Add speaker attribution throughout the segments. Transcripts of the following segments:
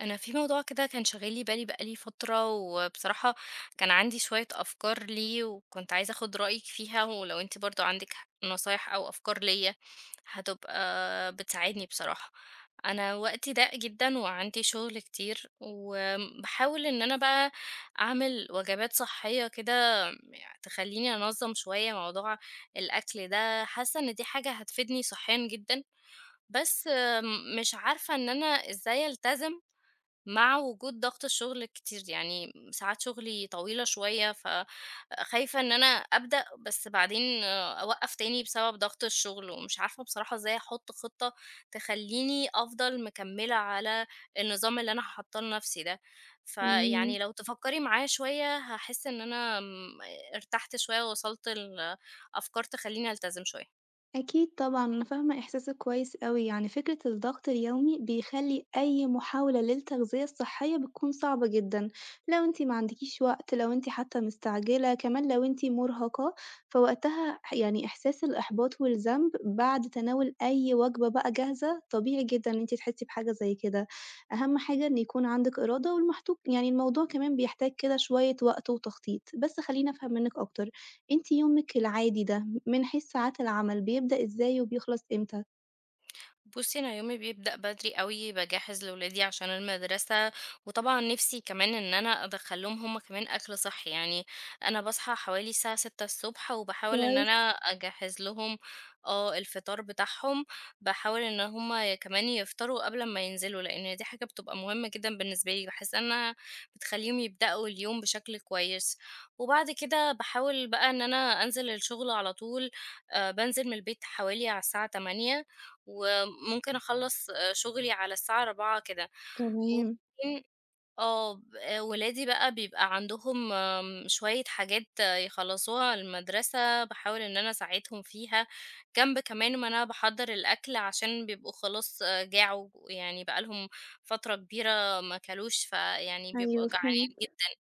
Speaker 1: أنا في موضوع كده كان شاغل لي بالي بقى لي فترة، وبصراحة كان عندي شوية أفكار ليه، وكنت عايزة آخد رأيِك فيها، ولو أنتِ برضه عندِك نصايح أو أفكار ليّا هتبقى بتساعدني بصراحة. أنا وقتي ضاق جدًا، وعندي شغل كتير، وباحاول إن أنا بقى أعمل وجبات صحية كده يعني تخلّيني أنظّم شوية موضوع الأكل ده، حاسة إن دي حاجة هتفيدني صحيًا جدًا، بس مش عارفة إن أنا إزاي ألتزم مع وجود ضغط الشغل الكتير، يعني ساعات شغلي طويلة شوية، فخايفة ان انا ابدأ بس بعدين اوقف تاني بسبب ضغط الشغل، ومش عارفة بصراحة ازاي احط خطة تخليني افضل مكملة على النظام اللي انا حاطاه لنفسي ده.
Speaker 2: إمم،
Speaker 1: فيعني لو تفكري معايا شوية هحس ان انا ارتحت شوية ووصلت لأفكار تخليني التزم شوية.
Speaker 2: أكيد طبعًا، أنا فاهمة إحساسِك كويس أوي، يعني فكرة الضغط اليومي بيخلّي أي محاولة للتغذية الصحية بتكون صعبة جدًا، لو أنتِ ما عندكيش وقت، لو أنتِ حتى مستعجلة، كمان لو أنتِ مرهقة، فوقتها ح يعني إحساس الإحباط والذنب بعد تناول أي وجبة بقى جاهزة، طبيعي جدًا إن أنتِ تحسي بحاجة زي كده، أهم حاجة إن يكون عندِك إرادة والمحتو يعني الموضوع كمان بيحتاج كده شوية وقت وتخطيط، بس خلّيني أفهم منِّك أكتر، أنتِ يومِك العادي ده من حيث ساعات العمل بيبدأ إزاي وبيخلص إمتى؟
Speaker 1: بُصّي، أنا يومي بيبدأ بدري أوي، باجهّز لولادي عشان المدرسة، وطبعًا نِفسي كمان إن أنا أدخّل لهم هم كمان أكل صحّي، يعني أنا باصحى حوالي الساعة 6:00 ص وباحاول إن
Speaker 2: كويس،
Speaker 1: أنا أجهّز لهم الفطار بتاعهم، باحاول إن هم كمان يفطروا قبل ما ينزلوا، لإن دي حاجة بتبقى مهمة جدًا بالنسبة لي، باحس إنها بتخلّيهم يبدأوا اليوم بشكل كويس، وبعد كده باحاول بقى إن أنا أنزل الشغل على طول، بانزل من البيت حوالي على الساعة 08:00 وممكن أخلّص شغلي على الساعة 16:00 كده،
Speaker 2: تمام،
Speaker 1: وبعدين آه، ب آه، ولادي بقى بيبقى عندهم شوية حاجات يخلّصوها المدرسة، باحاول إن أنا أساعدهم فيها، جنب كمان ما أنا باحضّر الأكل عشان بيبقوا خلاص جاعوا، يعني بقى لهم فترة كبيرة ما كلوش، فيعني بيبقوا
Speaker 2: أيوه
Speaker 1: جعانين
Speaker 2: فهمت،
Speaker 1: جدًا.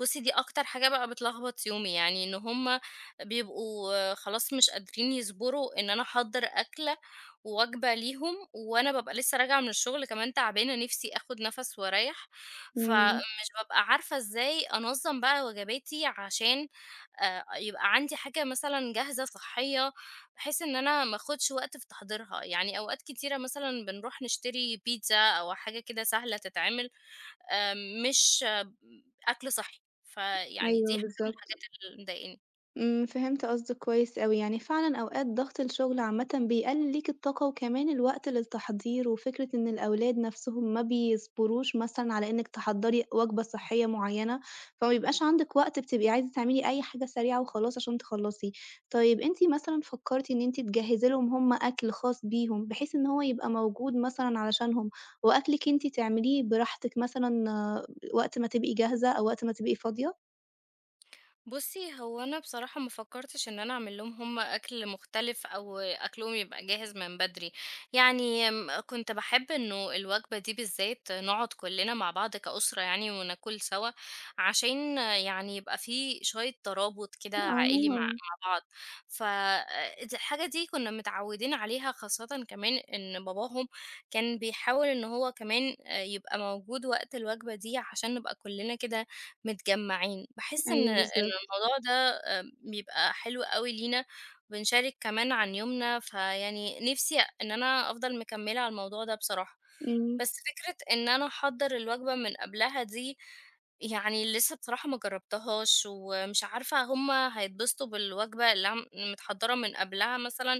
Speaker 1: بُصّي، دي أكتر حاجة بقى بتلخبط يومي، يعني إن هُم بيبقوا خلاص مش قادرين يصبروا إن أنا أحضّر أكلة ووجبة ليهم، وأنا بابقى لسه راجعة من الشغل كمان تعبانة نِفسي آخُد نَفَس وأريّح،
Speaker 2: إمم،
Speaker 1: فمش بابقى عارفة إزاي أنظّم بقى وجباتي عشان يبقى عندي حاجة مثلًا جاهزة صحّية، بحيث إن أنا ما آخُدش وقت في تحضيرها، يعني أوقات كتيرة مثلًا بنروح نشتري بيتزا أو حاجة كده سهلة تتعمل، مش أكل صحّي، فيعني
Speaker 2: أيوه
Speaker 1: دي حاجة من
Speaker 2: بالضبط.
Speaker 1: الحاجات اللي مضايقاني.
Speaker 2: فهمت قصدك كويس أوي، يعني فعلًا أوقات ضغط الشغل عامةً بيقلل ليك الطاقة وكمان الوقت للتحضير، وفكرة إن الأولاد نفسهم ما بيصبروش مثلًا على إنِّك تحضّري وجبة صحية معيّنة، فما بيبقاش عندِك وقت بتبقي عايزة تعملي أي حاجة سريعة وخلاص عشان تخلّصي. طيب أنتِ مثلًا فكّرتِ إن أنتِ تجهّزي لهم هم أكل خاص بيهم، بحيث إن هو يبقى موجود مثلًا علشانهم، وأكلِك أنتِ تعمليه براحتك مثلًا وقت ما تبقي جاهزة أو وقت ما تبقي فاضية؟
Speaker 1: بُصّي، هو أنا بصراحة ما فكّرتش إن أنا أعمل لهم هم أكل مختلف أو أكلهم يبقى جاهز من بدري، يعني كنت باحب إنه الوجبة دي بالذات نقعد كلّنا مع بعض كأسرة يعني وناكل سوا، عشان يعني يبقى في شوية ترابط كده عائلي مع
Speaker 2: آه،
Speaker 1: بعض، ف د الحاجة دي كُنّا متعوّدين عليها، خاصةً كمان إن باباهم كان بيحاول إن هو كمان يبقى موجود وقت الوجبة دي عشان نبقى كلّنا كده متجمّعين، باحس إن
Speaker 2: أيوه بالضبط.
Speaker 1: الموضوع ده بيبقى حلو أوي لينا، وبنشارك كمان عن يومنا، فيعني نِفْسي إن أنا أفضل مكمّلة على الموضوع ده بصراحة،
Speaker 2: إمم،
Speaker 1: بس فكرة إن أنا أحضّر الوجبة من قبلها دي، يعني لسه بصراحة ما جرّبتهاش، ومش عارفة هم هيتبسطوا بالوجبة اللي أنا متحضّرة من قبلها مثلًا،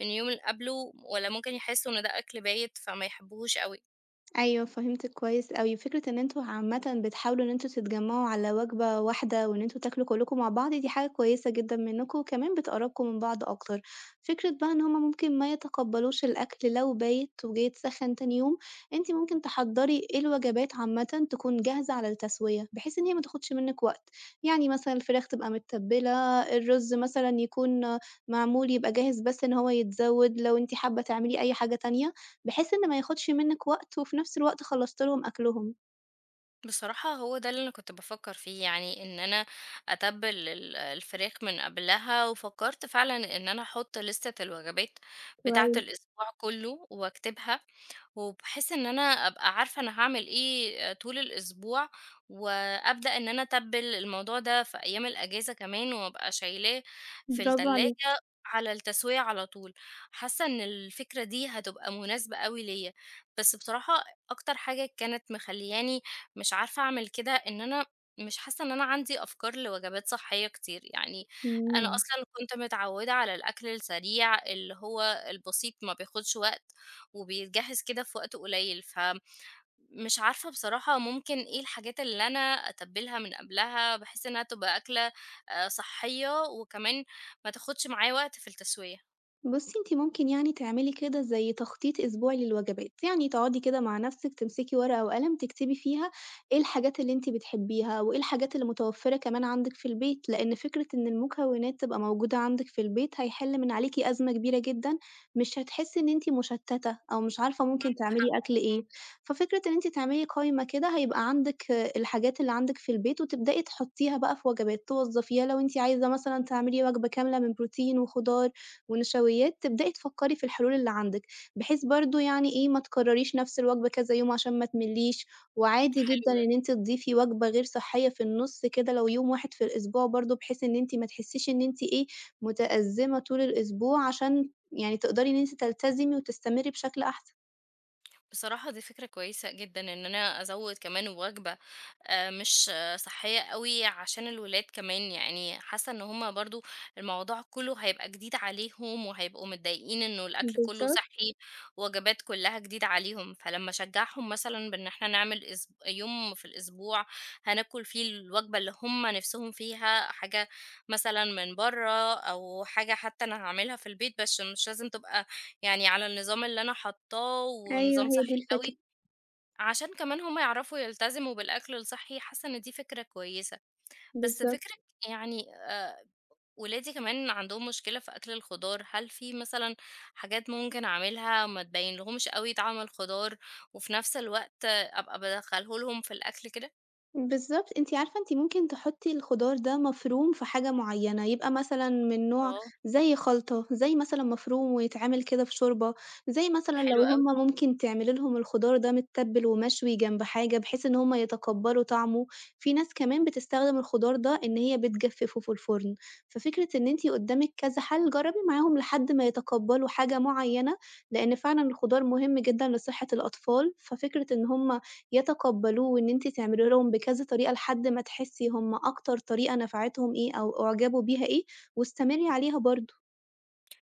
Speaker 1: من اليوم اللي قبله، والّا ممكن يحسّوا إن ده أكل بايت فما يحبوهوش أوي؟
Speaker 2: أيوه فهمتِك كويس أوي، فكرة إن أنتم عامةً بتحاولوا إن أنتم تتجمعوا على وجبة واحدة، وإن أنتم تاكلوا كلّكم مع بعض دي حاجة كويسة جدًا منكم، وكمان بتقرّبكم من بعض أكتر. فكرة بقى إن هُم ممكن ما يتقبلوش الأكل لو بايت وجِه يتسخّن تاني يوم، أنتِ ممكن تحضّري إيه الوجبات عامةً تكون جاهزة على التسوية، بحيث إن هي ما تاخدش منِّك وقت، يعني مثلًا الفراخ تبقى متّبلة، الرز مثلًا يكون معمول يبقى جاهز بس إن هو يتزوّد، لو أنتِ حابة تعملي أي حاجة تانية بحيث إن ما ياخدش منِّك وقت وفي نفس الوقت خلّصتِ لهم أكلهم.
Speaker 1: بصراحة هو ده اللي أنا كنت بافكّر فيه، يعني إن أنا أتبّل الفراخ من قبلها، وفكّرت فعلًا إن أنا أحُط لِستة الوجبات بتاعة
Speaker 2: كويس،
Speaker 1: الأسبوع كُلّه واكتبها، وبحيث إن أنا أبقى عارفة أنا هاعمل إيه طول الأسبوع، وأبدأ إن أنا أتبّل الموضوع ده في أيام الأجازة كمان، وأبقى شايلاه في
Speaker 2: برافو عليكِ.
Speaker 1: التلاجة على التسوية على طول. حاسة إن الفكرة دي هتبقى مناسبة أوي ليّا، بس بصراحة أكتر حاجة كانت مخلّياني مش عارفة أعمل كده، إن أنا مش حاسة إن أنا عندي أفكار لوجبات صحية كتير، يعني أنا
Speaker 2: إمم.
Speaker 1: أصلًا كنت متعودة على الأكل السريع اللي هو البسيط ما بياخدش وقت، وبيتجهز كده في وقت قليل، فمش عارفة بصراحة ممكن إيه الحاجات اللي أنا أتبّلها من قبلها، بحيث إنها تبقى أكلة صحية، وكمان ما تاخدش معايا وقت في التسوية.
Speaker 2: بُصّي أنتِ ممكن يعني تعملي كده زي تخطيط أسبوعي للوجبات، يعني تقعدي كده مع نفسِك تمسكي ورقة وقلم تكتبي فيها إيه الحاجات اللي أنتِ بتحبيها، وإيه الحاجات اللي متوفرة كمان عندِك في البيت، لأن فكرة إن المكونات تبقى موجودة عندِك في البيت هيحل من عليكِ أزمة كبيرة جدًا، مش هتحسي إن أنتِ مشتتة أو مش عارفة ممكن
Speaker 1: عندِك
Speaker 2: تعملي
Speaker 1: حق،
Speaker 2: أكل
Speaker 1: إمم،
Speaker 2: إيه، ففكرة إن أنتِ تعملي قايمة كده هيبقى عندِك الحاجات اللي عندِك في البيت، وتبدئي تحطيها بقى في وجبات، توظّفيها لو أنتِ عايزة مثلًا تعملي وجبة كاملة من بروتين وخضار. ونشويات، تبدئي تفكّري في الحلول اللي عندِك، بحيث برضه يعني إيه، ما تكرّريش نَفْس الوجبة كذا يوم عشان ما تملّيش، وعادي جدًا
Speaker 1: حلو.
Speaker 2: إن أنتِ تضيفي وجبة غير صحّية في النُص كده لو يوم واحد في الأسبوع برضه، بحيث إن أنتِ ما تحسّيش إن أنتِ إيه، متأزّمة طول الأسبوع عشان يعني تقدري إن أنتِ تلتزمي وتستمري بشكل أحسن.
Speaker 1: بصراحة دي فكرة كويسة جدًا إن أنا أزوّد كمان وجبة مش صحّية أوي عشان الولاد كمان، يعني حاسة إن هُم برضه الموضوع كُلّه هيبقى جديد عليهم وهيبقوا متضايقين إنه الأكل كُلّه
Speaker 2: بالضبط،
Speaker 1: صحّي، وجبات كُلّها جديدة عليهم، فلمّا أشجّعهم مثلًا بإن إحنا نعمل يوم في الأسبوع هناكل فيه الوجبة اللي هُم نِفْسهم فيها، حاجة مثلًا من برّه أو حاجة حتى أنا هاعملها في البيت بس مش لازم تبقى يعني على النظام اللي أنا حاطاه
Speaker 2: أيوه
Speaker 1: ونظام
Speaker 2: هي دي
Speaker 1: صحّي أوي،
Speaker 2: الفكرة،
Speaker 1: عشان كمان هم يعرفوا يلتزموا بالأكل الصحّي، حاسة إن دي فكرة كويسة. بس
Speaker 2: بالضبط.
Speaker 1: فكرة يعني ولادي كمان عندهم مشكلة في أكل الخضار، هل في مثلًا حاجات ممكن أعملها ما تبين لهمش أوي طعم الخضار، وفي نفس الوقت أبقى بادخله لهم في الأكل كده؟
Speaker 2: بالضبط، أنتِ عارفة أنتِ ممكن تحطّي الخضار ده مفروم في حاجة معيّنة، يبقى مثلًا من نوع
Speaker 1: آه،
Speaker 2: زي خلطة، زي مثلًا مفروم ويتعمل كده في شوربة، زي مثلًا
Speaker 1: حلو
Speaker 2: لو
Speaker 1: أوي.
Speaker 2: هُم ممكن تعملي لهم الخضار ده متّبل ومشوي جنب حاجة، بحيث إن هُم يتقبّلوا طعمه، في ناس كمان بتستخدم الخضار ده إن هي بتجفّفه في الفرن، ففكرة إن أنتِ قدّامِك كذا حل، جرّبي معاهم لحد ما يتقبّلوا حاجة معيّنة، لإن فعلًا الخضار مهم جدًا لصحة الأطفال، ففكرة إن هُم يتقبّلوه وإن أنتِ تعملي لهم بكذا طريقة لحد ما تحسّي هم أكتر طريقة نفعتهم إيه أو أُعجبوا بيها إيه واستمري عليها برضه.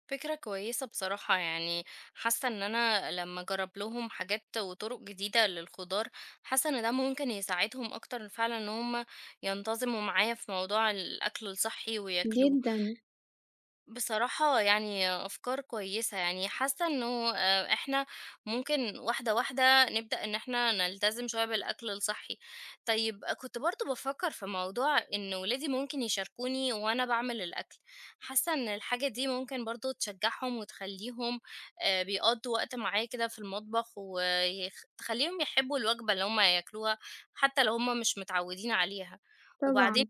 Speaker 1: فكرة كويسة بصراحة، يعني حاسة ان انا لما اجرب لهم حاجات وطرق جديدة للخضار حاسة ان ده ممكن يساعدهم اكتر فعلا ان هم ينتظموا معايا في موضوع الاكل الصحي وياكلوه.
Speaker 2: جدًا،
Speaker 1: بصراحة يعني أفكار كويسة، يعني حاسة إنه إحنا ممكن واحدة واحدة نبدأ إن إحنا نلتزم شوية بالأكل الصحي. طيب كنت برضو بفكر في موضوع إن ولادي ممكن يشاركوني وأنا بعمل الأكل، حاسة إن الحاجة دي ممكن برضو تشجعهم وتخليهم بيقضوا وقت معايا كده في المطبخ وتخليهم يحبوا الوجبة اللي هما ياكلوها حتى لو هما مش متعودين عليها. وبعدين
Speaker 2: طبعًا.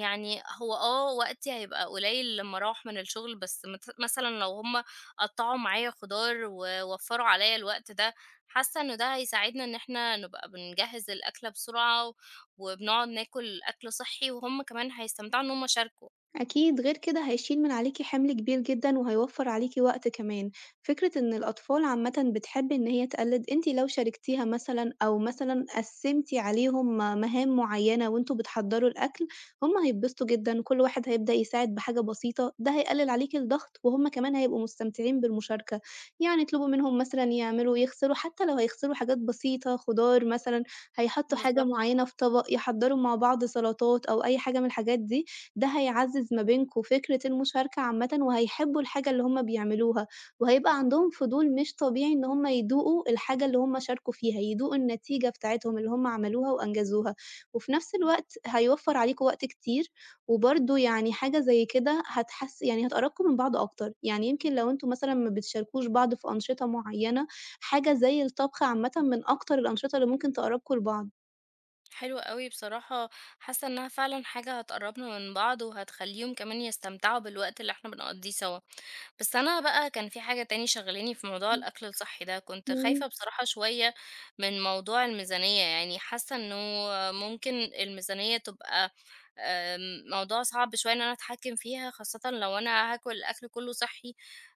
Speaker 1: يعني هو وقتي هيبقى قليل لمّا أروّح من الشغل، بس مثلًا لو هُم قطّعوا معايا خضار ووفّروا عليّا الوقت ده، حاسّة إنه ده هيساعدنا إن إحنا نبقى بنجهّز الأكلة بسرعة، وبنقعد ناكل أكل صحّي، وهُم كمان هيستمتعوا إن هُم شاركوا.
Speaker 2: أكيد غير كده هيشيل من عليكي حمل كبير جدًا وهيوفّر عليكِ وقت كمان، فكرة إن الأطفال عامةً بتحب إن هي تقلِّد، أنتِ لو شاركتيها مثلًا أو مثلًا قسّمتِ عليهم مهام معيّنة وأنتم بتحضّروا الأكل، هُم هيتبسطوا جدًا، كل واحد هيبدأ يساعد بحاجة بسيطة، ده هيقلِّل عليكِ الضغط وهُم كمان هيبقوا مستمتعين بالمشاركة، يعني اطلبوا منهم مثلًا يعملوا يغسلوا حتى لو هيغسلوا حاجات بسيطة، خضار مثلًا، هيحطّوا حاجة
Speaker 1: بالضبط.
Speaker 2: معيّنة في طبق، يحضّروا مع بعض سلطات أو أي حاجة من الحاجات دي. ده هيعزّز ما بينكم فكرة المشاركة عامةً وهيحبّوا الحاجة اللي هم بيعملوها، وهيبقى عندهم فضول مش طبيعي إن هم يدوقوا الحاجة اللي هم شاركوا فيها، يدوقوا النتيجة بتاعتهم اللي هم عملوها وأنجزوها، وفي نفس الوقت هيوفّر عليكم وقت كتير، وبرضه يعني حاجة زي كده هتحس يعني هتقرّبكم من بعض أكتر، يعني يمكن لو أنتم مثلًا ما بتشاركوش بعض في أنشطة معيّنة، حاجة زي الطبخ عامةً من أكتر الأنشطة اللي ممكن تقرّبكم لبعض.
Speaker 1: حلو أوي بصراحة، حاسّة إنها فعلًا حاجة هتقرّبنا من بعض، وهتخلّيهم كمان يستمتعوا بالوقت اللي إحنا بنقضّيه سوا. بس أنا بقى كان في حاجة تاني شاغلاني في موضوع الأكل الصحي ده، كنت
Speaker 2: مم.
Speaker 1: خايفة بصراحة شوية من موضوع الميزانية، يعني حاسة إنه ممكن الميزانية تبقى موضوع صعب شوية إن أنا أتحكم فيها، خاصةً لو أنا هاكل الأكل كله صحي،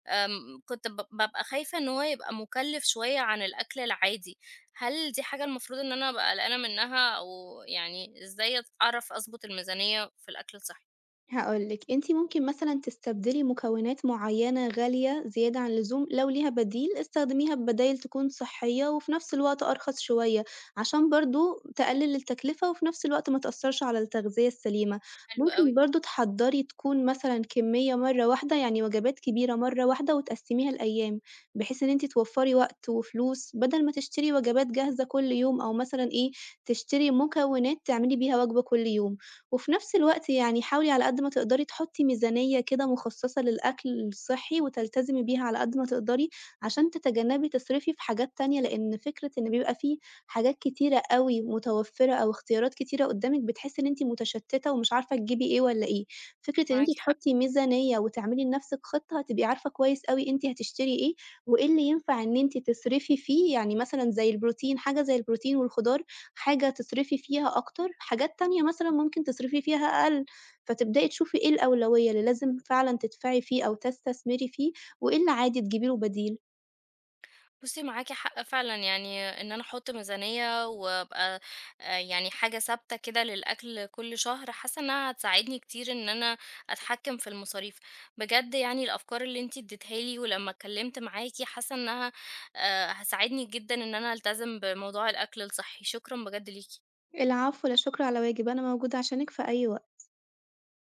Speaker 1: كنت بابقى خايفة إن هو يبقى مكلف شوية عن الأكل العادي، هل دي حاجة المفروض إن أنا أبقى قلقانة منها، أو يعني إزاي أعرف أضبط الميزانية في الأكل الصحي؟
Speaker 2: هاقول لِك، أنتِ ممكن مثلًا تستبدلي مكونات معيّنة غالية زيادة عن اللزوم، لو ليها بديل استخدميها ببدايل تكون صحية وفي نفس الوقت أرخص شوية، عشان برضه تقلل التكلفة وفي نفس الوقت ما تأثّرش على التغذية السليمة.
Speaker 1: حلو
Speaker 2: ممكن
Speaker 1: أوي،
Speaker 2: برضه تحضّري تكون مثلًا كمية مرّة واحدة، يعني وجبات كبيرة مرّة واحدة وتقسّميها لأيام، بحيث إن أنتِ توفّري وقت وفلوس، بدل ما تشتري وجبات جاهزة كل يوم أو مثلًا إيه، تشتري مكونات تعملي بيها وجبة كل يوم. وفي نفس الوقت يعني حاولي على قد ما تقدري تحطي ميزانية كده مخصصة للأكل الصحّي وتلتزمي بيها على قد ما تقدري، عشان تتجنبي تصرفي في حاجات تانية، لإن فكرة إن بيبقى في حاجات كتيرة أوي متوفرة أو اختيارات كتيرة قدامِك، بتحسي إن أنتِ متشتتة ومش عارفة تجيبي إيه والّا إيه. فكرة إن أنتِ
Speaker 1: معاكِ حق.
Speaker 2: تحطي ميزانية وتعملي لنفسِك خطة، هتبقي عارفة كويس أوي أنتِ هتشتري إيه، وإيه اللي ينفع إن أنتِ تصرفي فيه، يعني مثلًا زي البروتين، حاجة زي البروتين والخضار حاجة تصرفي فيها أكتر، حاجات تانية مثلًا ممكن تصرفي فيها أقل، فتبدئي تشوفي إيه الأولوية اللي لازم فعلًا تدفعي فيه أو تستثمري فيه، وإيه اللي عادي تجيبي له بديل.
Speaker 1: بُصّي معاكِ حق فعلًا، يعني إن أنا أحط ميزانية وأبقى يعني حاجة ثابتة كده للأكل كل شهر، حاسة إنها هتساعدني كتير إن أنا أتحكم في المصاريف. بجد يعني الأفكار اللي أنتِ اديتيها لي ولمّا اتكلمت معاكِ حاسة إنها هتساعدني جدًا إن أنا ألتزم بموضوع الأكل الصحي، شكرًا بجد ليكِ.
Speaker 2: العفو، لا شكر على واجب، أنا موجودة عشانِك في أي وقت.